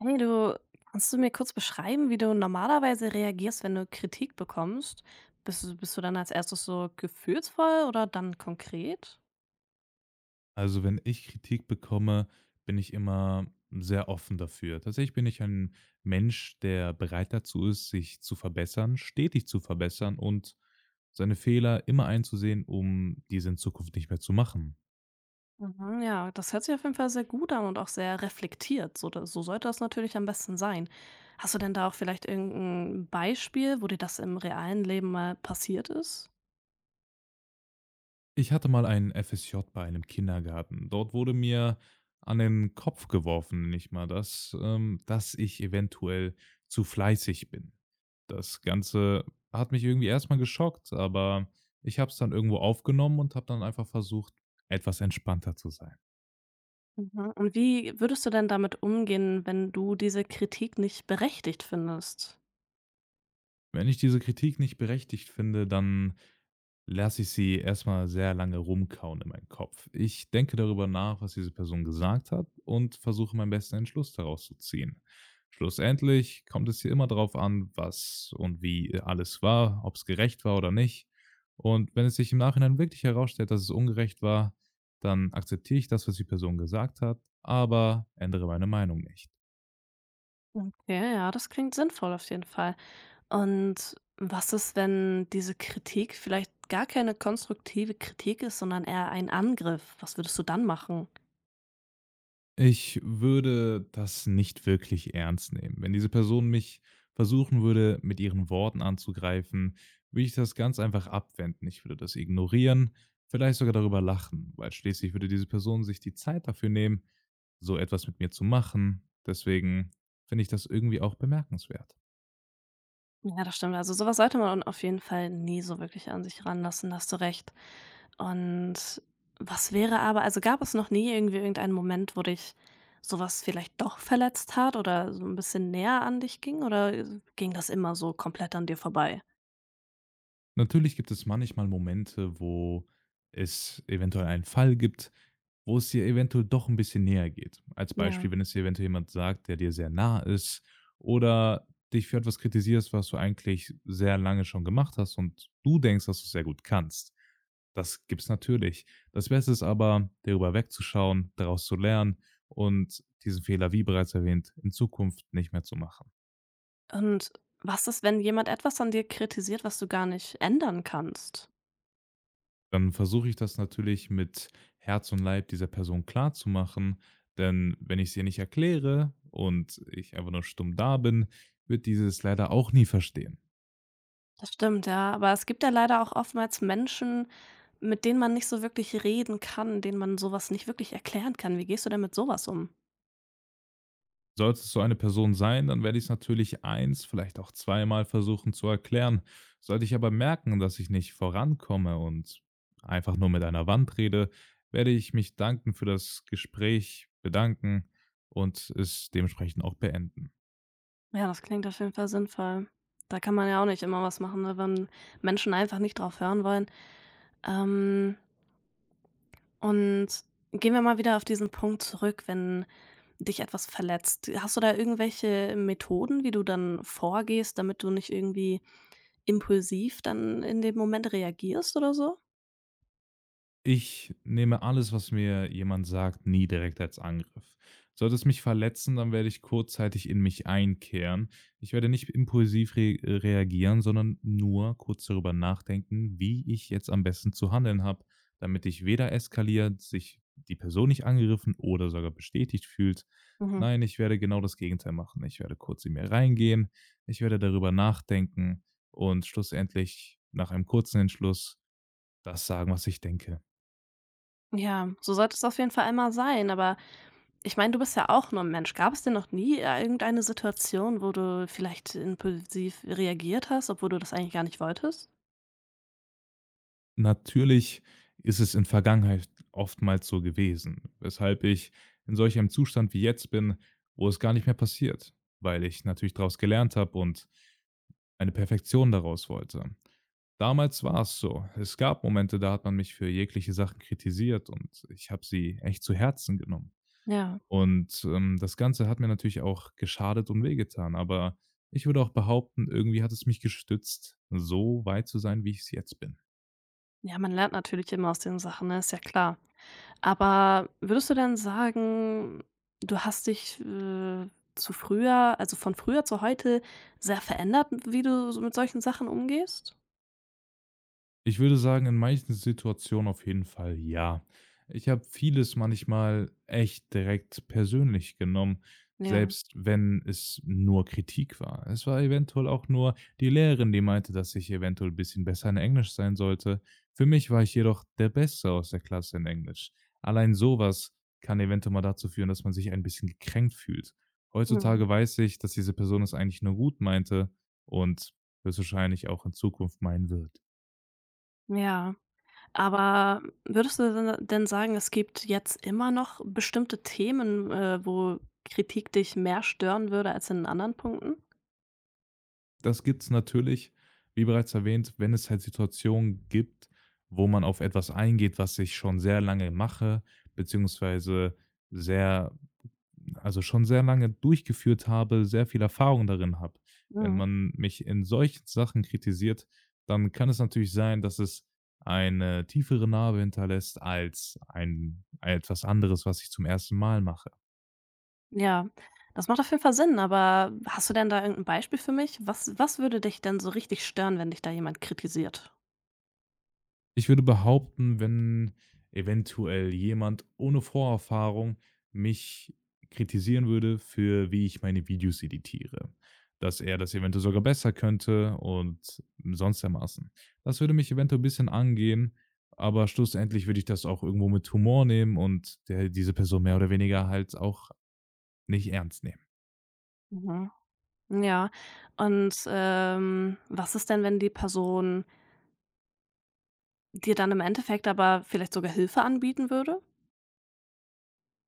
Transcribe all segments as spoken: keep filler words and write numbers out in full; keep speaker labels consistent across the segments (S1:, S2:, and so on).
S1: Hey du, kannst du mir kurz beschreiben, wie du normalerweise reagierst, wenn du Kritik bekommst? Bist du, bist du dann als erstes so gefühlsvoll oder dann konkret?
S2: Also, wenn ich Kritik bekomme, bin ich immer sehr offen dafür. Tatsächlich bin ich ein Mensch, der bereit dazu ist, sich zu verbessern, stetig zu verbessern und seine Fehler immer einzusehen, um diese in Zukunft nicht mehr zu machen.
S1: Mhm, ja, das hört sich auf jeden Fall sehr gut an und auch sehr reflektiert. So, da- so sollte das natürlich am besten sein. Hast du denn da auch vielleicht irgendein Beispiel, wo dir das im realen Leben mal passiert ist?
S2: Ich hatte mal einen F S J bei einem Kindergarten. Dort wurde mir an den Kopf geworfen, nicht mal das, ähm, dass ich eventuell zu fleißig bin. Das Ganze hat mich irgendwie erstmal geschockt, aber ich habe es dann irgendwo aufgenommen und habe dann einfach versucht, etwas entspannter zu sein.
S1: Mhm. Und wie würdest du denn damit umgehen, wenn du diese Kritik nicht berechtigt findest?
S2: Wenn ich diese Kritik nicht berechtigt finde, dann Lasse ich sie erstmal sehr lange rumkauen in meinem Kopf. Ich denke darüber nach, was diese Person gesagt hat und versuche, meinen besten Entschluss daraus zu ziehen. Schlussendlich kommt es hier immer darauf an, was und wie alles war, ob es gerecht war oder nicht. Und wenn es sich im Nachhinein wirklich herausstellt, dass es ungerecht war, dann akzeptiere ich das, was die Person gesagt hat, aber ändere meine Meinung nicht.
S1: Okay, ja, das klingt sinnvoll auf jeden Fall. Und was ist, wenn diese Kritik vielleicht gar keine konstruktive Kritik ist, sondern eher ein Angriff? Was würdest du dann machen?
S2: Ich würde das nicht wirklich ernst nehmen. Wenn diese Person mich versuchen würde, mit ihren Worten anzugreifen, würde ich das ganz einfach abwenden. Ich würde das ignorieren, vielleicht sogar darüber lachen, weil schließlich würde diese Person sich die Zeit dafür nehmen, so etwas mit mir zu machen. Deswegen finde ich das irgendwie auch bemerkenswert.
S1: Ja, das stimmt. Also sowas sollte man auf jeden Fall nie so wirklich an sich ranlassen, da hast du recht. Und was wäre aber also gab es noch nie irgendwie irgendeinen Moment, wo dich sowas vielleicht doch verletzt hat oder so ein bisschen näher an dich ging oder ging das immer so komplett an dir vorbei?
S2: Natürlich gibt es manchmal Momente, wo es eventuell einen Fall gibt, wo es dir eventuell doch ein bisschen näher geht. Als
S1: Ja.
S2: Beispiel, wenn es dir eventuell jemand sagt, der dir sehr nah ist oder dich für etwas kritisierst, was du eigentlich sehr lange schon gemacht hast und du denkst, dass du's sehr gut kannst. Das gibt's natürlich. Das Beste ist aber, darüber wegzuschauen, daraus zu lernen und diesen Fehler, wie bereits erwähnt, in Zukunft nicht mehr zu machen.
S1: Und was ist, wenn jemand etwas an dir kritisiert, was du gar nicht ändern kannst?
S2: Dann versuche ich das natürlich mit Herz und Leib dieser Person klarzumachen, denn wenn ich's ihr nicht erkläre und ich einfach nur stumm da bin, wird dieses leider auch nie verstehen.
S1: Das stimmt, ja. Aber es gibt ja leider auch oftmals Menschen, mit denen man nicht so wirklich reden kann, denen man sowas nicht wirklich erklären kann. Wie gehst du denn mit sowas um?
S2: Sollte es so eine Person sein, dann werde ich es natürlich eins, vielleicht auch zweimal versuchen zu erklären. Sollte ich aber merken, dass ich nicht vorankomme und einfach nur mit einer Wand rede, werde ich mich danken für das Gespräch bedanken und es dementsprechend auch beenden.
S1: Ja, das klingt auf jeden Fall sinnvoll. Da kann man ja auch nicht immer was machen, ne, wenn Menschen einfach nicht drauf hören wollen. Ähm, und gehen wir mal wieder auf diesen Punkt zurück, wenn dich etwas verletzt. Hast du da irgendwelche Methoden, wie du dann vorgehst, damit du nicht irgendwie impulsiv dann in dem Moment reagierst oder so?
S2: Ich nehme alles, was mir jemand sagt, nie direkt als Angriff. Sollte es mich verletzen, dann werde ich kurzzeitig in mich einkehren. Ich werde nicht impulsiv re reagieren, sondern nur kurz darüber nachdenken, wie ich jetzt am besten zu handeln habe, damit ich weder eskaliert, sich die Person nicht angegriffen oder sogar bestätigt fühlt. Nein, ich werde genau das Gegenteil machen. Ich werde kurz in mir reingehen, ich werde darüber nachdenken und schlussendlich nach einem kurzen Entschluss das sagen, was ich denke.
S1: Ja, so sollte es auf jeden Fall einmal sein. Aber ich meine, du bist ja auch nur ein Mensch. Gab es denn noch nie irgendeine Situation, wo du vielleicht impulsiv reagiert hast, obwohl du das eigentlich gar nicht wolltest?
S2: Natürlich ist es in Vergangenheit oftmals so gewesen, weshalb ich in solch einem Zustand wie jetzt bin, wo es gar nicht mehr passiert, weil ich natürlich daraus gelernt habe und eine Perfektion daraus wollte. Damals war es so. Es gab Momente, da hat man mich für jegliche Sachen kritisiert und ich habe sie echt zu Herzen genommen.
S1: Ja.
S2: Und ähm, das Ganze hat mir natürlich auch geschadet und wehgetan, aber ich würde auch behaupten, irgendwie hat es mich gestützt, so weit zu sein, wie ich es jetzt bin.
S1: Ja, man lernt natürlich immer aus den Sachen, ne, ist ja klar. Aber würdest du denn sagen, du hast dich, äh, zu früher also von früher zu heute sehr verändert, wie du so mit solchen Sachen umgehst?
S2: Ich würde sagen, in manchen Situationen auf jeden Fall ja. Ich habe vieles manchmal echt direkt persönlich genommen,
S1: Ja.
S2: selbst wenn es nur Kritik war. Es war eventuell auch nur die Lehrerin, die meinte, dass ich eventuell ein bisschen besser in Englisch sein sollte. Für mich war ich jedoch der Beste aus der Klasse in Englisch. Allein sowas kann eventuell mal dazu führen, dass man sich ein bisschen gekränkt fühlt.
S1: Mhm.
S2: Heutzutage weiß ich, dass diese Person es eigentlich nur gut meinte und höchstwahrscheinlich auch in Zukunft meinen wird.
S1: Ja. Aber würdest du denn denn sagen, es gibt jetzt immer noch bestimmte Themen, äh, wo Kritik dich mehr stören würde als in anderen Punkten?
S2: Das gibt's natürlich, wie bereits erwähnt, wenn es halt Situationen gibt, wo man auf etwas eingeht, was ich schon sehr lange mache, beziehungsweise sehr also schon sehr lange durchgeführt habe, sehr viel Erfahrung darin habe. Wenn
S1: Mhm.
S2: man mich in solchen Sachen kritisiert, dann kann es natürlich sein, dass es eine tiefere Narbe hinterlässt als ein etwas anderes, was ich zum ersten Mal mache.
S1: Ja, das macht auf jeden Fall Sinn, aber hast du denn da irgendein Beispiel für mich? Was was würde dich denn so richtig stören, wenn dich da jemand kritisiert?
S2: Ich würde behaupten, wenn eventuell jemand ohne Vorerfahrung mich kritisieren würde für wie ich meine Videos editiere, dass er das eventuell sogar besser könnte und sonst dermaßen. Das würde mich eventuell 'n bisschen angehen, aber schlussendlich würde ich das auch irgendwo mit Humor nehmen und der diese Person mehr oder weniger halt auch nicht ernst nehmen.
S1: Mhm. Ja. Und, ähm, was ist denn, wenn die Person dir dann im Endeffekt aber vielleicht sogar Hilfe anbieten würde?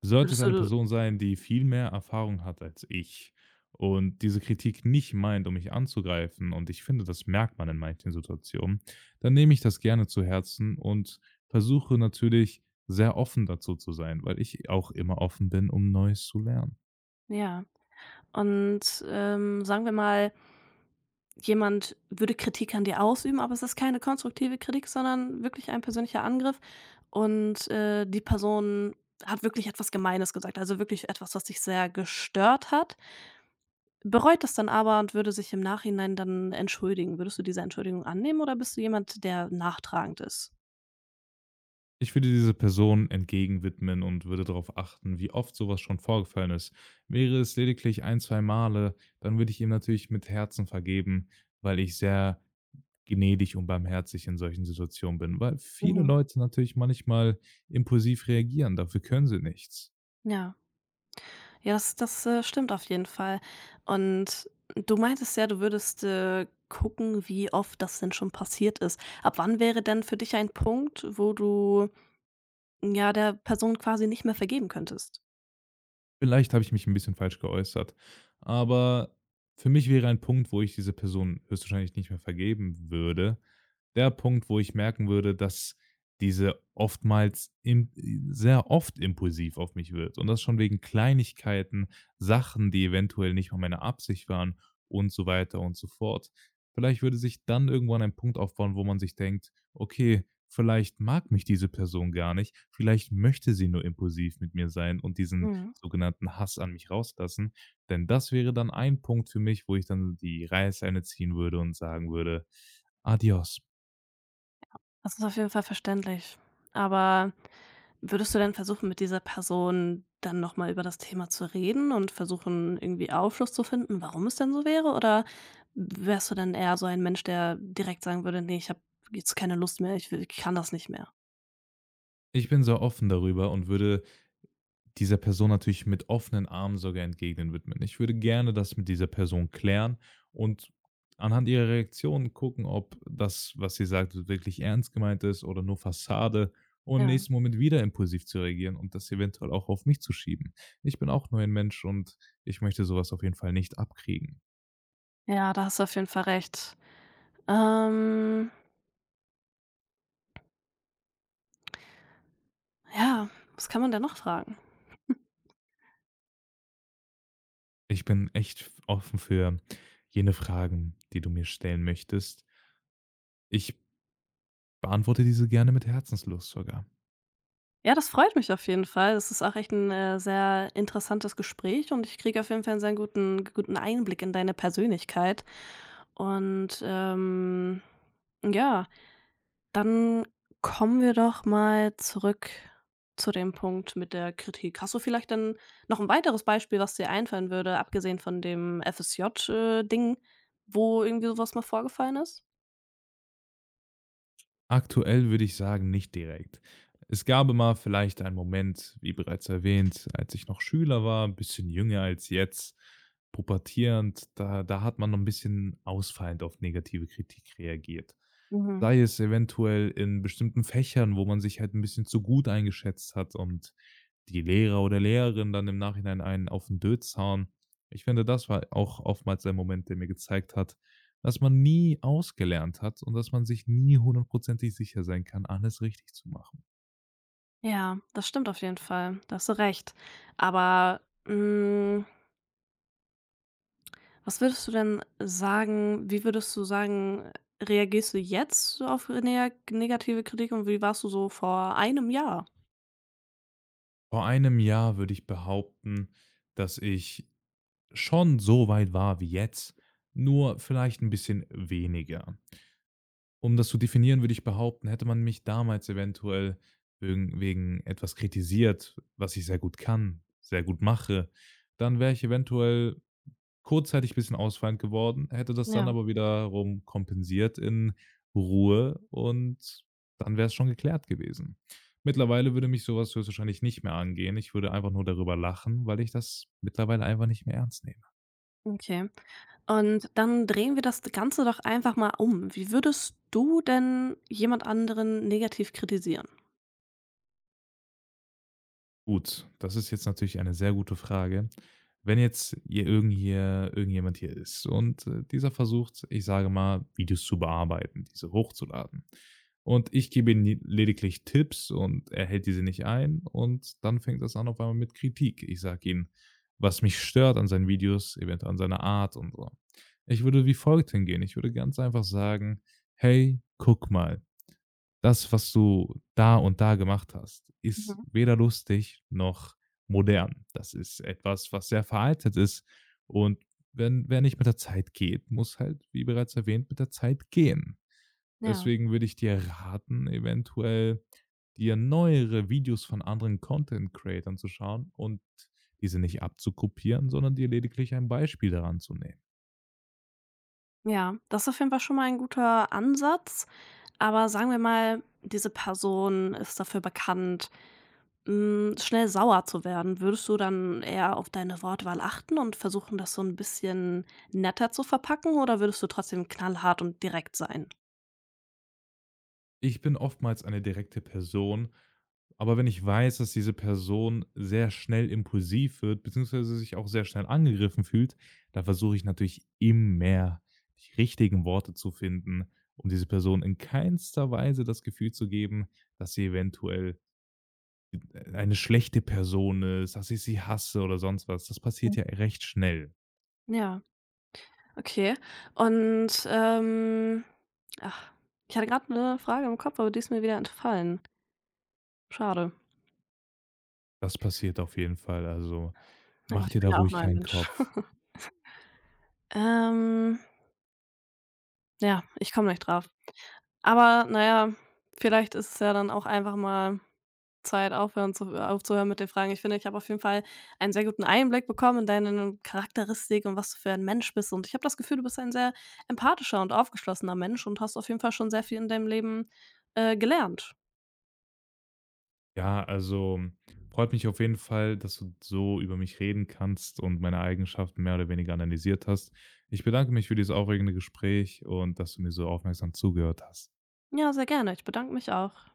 S2: Sollte es
S1: Würdest
S2: eine
S1: du
S2: Person sein, die viel mehr Erfahrung hat als ich und diese Kritik nicht meint, um mich anzugreifen, und ich finde, das merkt man in manchen Situationen, dann nehme ich das gerne zu Herzen und versuche natürlich sehr offen dazu zu sein, weil ich auch immer offen bin, um Neues zu lernen.
S1: ja. Und, ähm, sagen wir mal, jemand würde Kritik an dir ausüben, aber es ist keine konstruktive Kritik, sondern wirklich ein persönlicher Angriff und, äh, die Person hat wirklich etwas Gemeines gesagt, also wirklich etwas, was dich sehr gestört hat, bereut das dann aber und würde sich im Nachhinein dann entschuldigen. Würdest du diese Entschuldigung annehmen oder bist du jemand, der nachtragend ist?
S2: Ich würde dieser Person entgegenwidmen und würde darauf achten, wie oft sowas schon vorgefallen ist. Wäre es lediglich ein, zwei Male, dann würde ich ihm natürlich mit Herzen vergeben, weil ich sehr gnädig und barmherzig in solchen Situationen bin, weil viele
S1: Mhm.
S2: Leute natürlich manchmal impulsiv reagieren, dafür können sie nichts.
S1: Ja. Ja, das das, äh, stimmt auf jeden Fall. Und du meintest ja, du würdest, äh, gucken, wie oft das denn schon passiert ist. Ab wann wäre denn für dich ein Punkt, wo du, ja, der Person quasi nicht mehr vergeben könntest?
S2: Vielleicht habe ich mich ein bisschen falsch geäußert, aber für mich wäre ein Punkt, wo ich diese Person höchstwahrscheinlich nicht mehr vergeben würde, der Punkt, wo ich merken würde, dass diese oftmals im sehr oft impulsiv auf mich wird und das schon wegen Kleinigkeiten, Sachen, die eventuell nicht mal meine Absicht waren und so weiter und so fort. Vielleicht würde sich dann irgendwann ein Punkt aufbauen, wo man sich denkt: Okay, vielleicht mag mich diese Person gar nicht, vielleicht möchte sie nur impulsiv mit mir sein und diesen
S1: Mhm.
S2: sogenannten Hass an mich rauslassen, denn das wäre dann ein Punkt für mich, wo ich dann die Reißleine ziehen würde und sagen würde: „Adios.“
S1: Das ist auf jeden Fall verständlich. Aber würdest du denn versuchen, mit dieser Person dann noch mal über das Thema zu reden und versuchen, irgendwie Aufschluss zu finden, warum es denn so wäre? Oder wärst du dann eher so ein Mensch, der direkt sagen würde: „Ne, ich habe jetzt keine Lust mehr, ich will ich kann das nicht mehr?“
S2: Ich bin so offen darüber und würde dieser Person natürlich mit offenen Armen sogar entgegnen widmen. Ich würde gerne das mit dieser Person klären und anhand ihrer Reaktion gucken, ob das, was sie sagt, wirklich ernst gemeint ist oder nur Fassade, um im
S1: Ja.
S2: nächsten Moment wieder impulsiv zu reagieren und das eventuell auch auf mich zu schieben. Ich bin auch nur ein Mensch und ich möchte sowas auf jeden Fall nicht abkriegen.
S1: Ja, da hast du auf jeden Fall recht. Ähm, ja, was kann man denn noch fragen?
S2: Ich bin echt offen für jene Fragen, die du mir stellen möchtest. Ich beantworte diese gerne mit Herzenslust sogar.
S1: Ja, das freut mich auf jeden Fall. Das ist auch echt ein äh, sehr interessantes Gespräch und ich kriege auf jeden Fall einen sehr guten guten Einblick in deine Persönlichkeit. Und, ähm, ja, dann kommen wir doch mal zurück zu dem Punkt mit der Kritik. Hast du vielleicht dann noch ein weiteres Beispiel, was dir einfallen würde, abgesehen von dem F S J, äh, Ding, wo irgendwie sowas mal vorgefallen ist?
S2: Aktuell würde ich sagen, nicht direkt. Es gab immer vielleicht einen Moment, wie bereits erwähnt, als ich noch Schüler war, 'n bisschen jünger als jetzt, pubertierend, da da hat man noch ein bisschen ausfallend auf negative Kritik reagiert.
S1: Mhm.
S2: Sei es eventuell in bestimmten Fächern, wo man sich halt ein bisschen zu gut eingeschätzt hat und die Lehrer oder Lehrerin dann im Nachhinein einen auf den Dötz hauen. Ich finde, das war auch oftmals ein Moment, der mir gezeigt hat, dass man nie ausgelernt hat und dass man sich nie hundertprozentig sicher sein kann, alles richtig zu machen.
S1: Ja, das stimmt auf jeden Fall. Da hast du recht. Aber, hm, was würdest du denn sagen wie würdest du sagen, reagierst du jetzt so auf nega negative Kritik und wie warst du so vor einem Jahr?
S2: Vor einem Jahr würde ich behaupten, dass ich schon so weit war wie jetzt, nur vielleicht ein bisschen weniger. Um das zu definieren, würde ich behaupten, hätte man mich damals eventuell wegen wegen etwas kritisiert, was ich sehr gut kann, sehr gut mache, dann wäre ich eventuell Kurzzeitig bisschen ausfallend geworden, hätte das dann
S1: Ja,
S2: aber wiederum kompensiert in Ruhe und dann wäre es schon geklärt gewesen. Mittlerweile würde mich sowas höchstwahrscheinlich nicht mehr angehen. Ich würde einfach nur darüber lachen, weil ich das mittlerweile einfach nicht mehr ernst nehme.
S1: okay. Und dann drehen wir das Ganze doch einfach mal um. Wie würdest du denn jemand anderen negativ kritisieren?
S2: Gut, das ist jetzt natürlich eine sehr gute Frage. Wenn jetzt hier irgend hier irgendjemand hier ist und, äh, dieser versucht, ich sage mal, Videos zu bearbeiten, diese hochzuladen. Und ich gebe ihm lediglich Tipps und er hält diese nicht ein und dann fängt das an auf einmal mit Kritik. Ich sage ihm, was mich stört an seinen Videos, eventuell an seiner Art und so. Ich würde wie folgt hingehen. Ich würde ganz einfach sagen: „Hey, guck mal, das, was du da und da gemacht hast, ist
S1: Mhm.
S2: weder lustig noch modern. Das ist etwas, was sehr veraltet ist. Und wenn, wer nicht mit der Zeit geht, muss halt, wie bereits erwähnt, mit der Zeit gehen.
S1: Ja.
S2: Deswegen würde ich dir raten, eventuell dir neuere Videos von anderen Content Creatern zu schauen und diese nicht abzukopieren, sondern dir lediglich ein Beispiel daran zu nehmen.
S1: Ja, das ist auf jeden Fall schon mal ein guter Ansatz, aber sagen wir mal, diese Person ist dafür bekannt, hm, schnell sauer zu werden. Würdest du dann eher auf deine Wortwahl achten und versuchen, das so ein bisschen netter zu verpacken oder würdest du trotzdem knallhart und direkt sein?
S2: Ich bin oftmals eine direkte Person, aber wenn ich weiß, dass diese Person sehr schnell impulsiv wird, beziehungsweise sich auch sehr schnell angegriffen fühlt, da versuche ich natürlich immer die richtigen Worte zu finden, um diese Person in keinster Weise das Gefühl zu geben, dass sie eventuell äh, eine schlechte Person ist, dass ich sie hasse oder sonst was. Das passiert
S1: Mhm.
S2: ja recht schnell.
S1: Ja, okay. Und, ähm, ach, ich hatte gerade eine Frage im Kopf, aber die ist mir wieder entfallen. Schade.
S2: Das passiert auf jeden Fall. Also
S1: Ja,
S2: mach
S1: ich
S2: dir da
S1: bin ja auch
S2: ruhig
S1: nur ein
S2: keinen
S1: Mensch.
S2: Kopf.
S1: Ähm, ja, ich komme nicht drauf. Aber naja, vielleicht ist es ja dann auch einfach mal Zeit, aufhören zu aufzuhören mit den Fragen. Ich finde, ich habe auf jeden Fall einen sehr guten Einblick bekommen in deine Charakteristik und was du für ein Mensch bist. Und ich habe das Gefühl, du bist ein sehr empathischer und aufgeschlossener Mensch und hast auf jeden Fall schon sehr viel in deinem Leben, äh, gelernt.
S2: Ja, also hm, freut mich auf jeden Fall, dass du so über mich reden kannst und meine Eigenschaften mehr oder weniger analysiert hast. Ich bedanke mich für dieses aufregende Gespräch und dass du mir so aufmerksam zugehört hast.
S1: Ja, sehr gerne. Ich bedanke mich auch.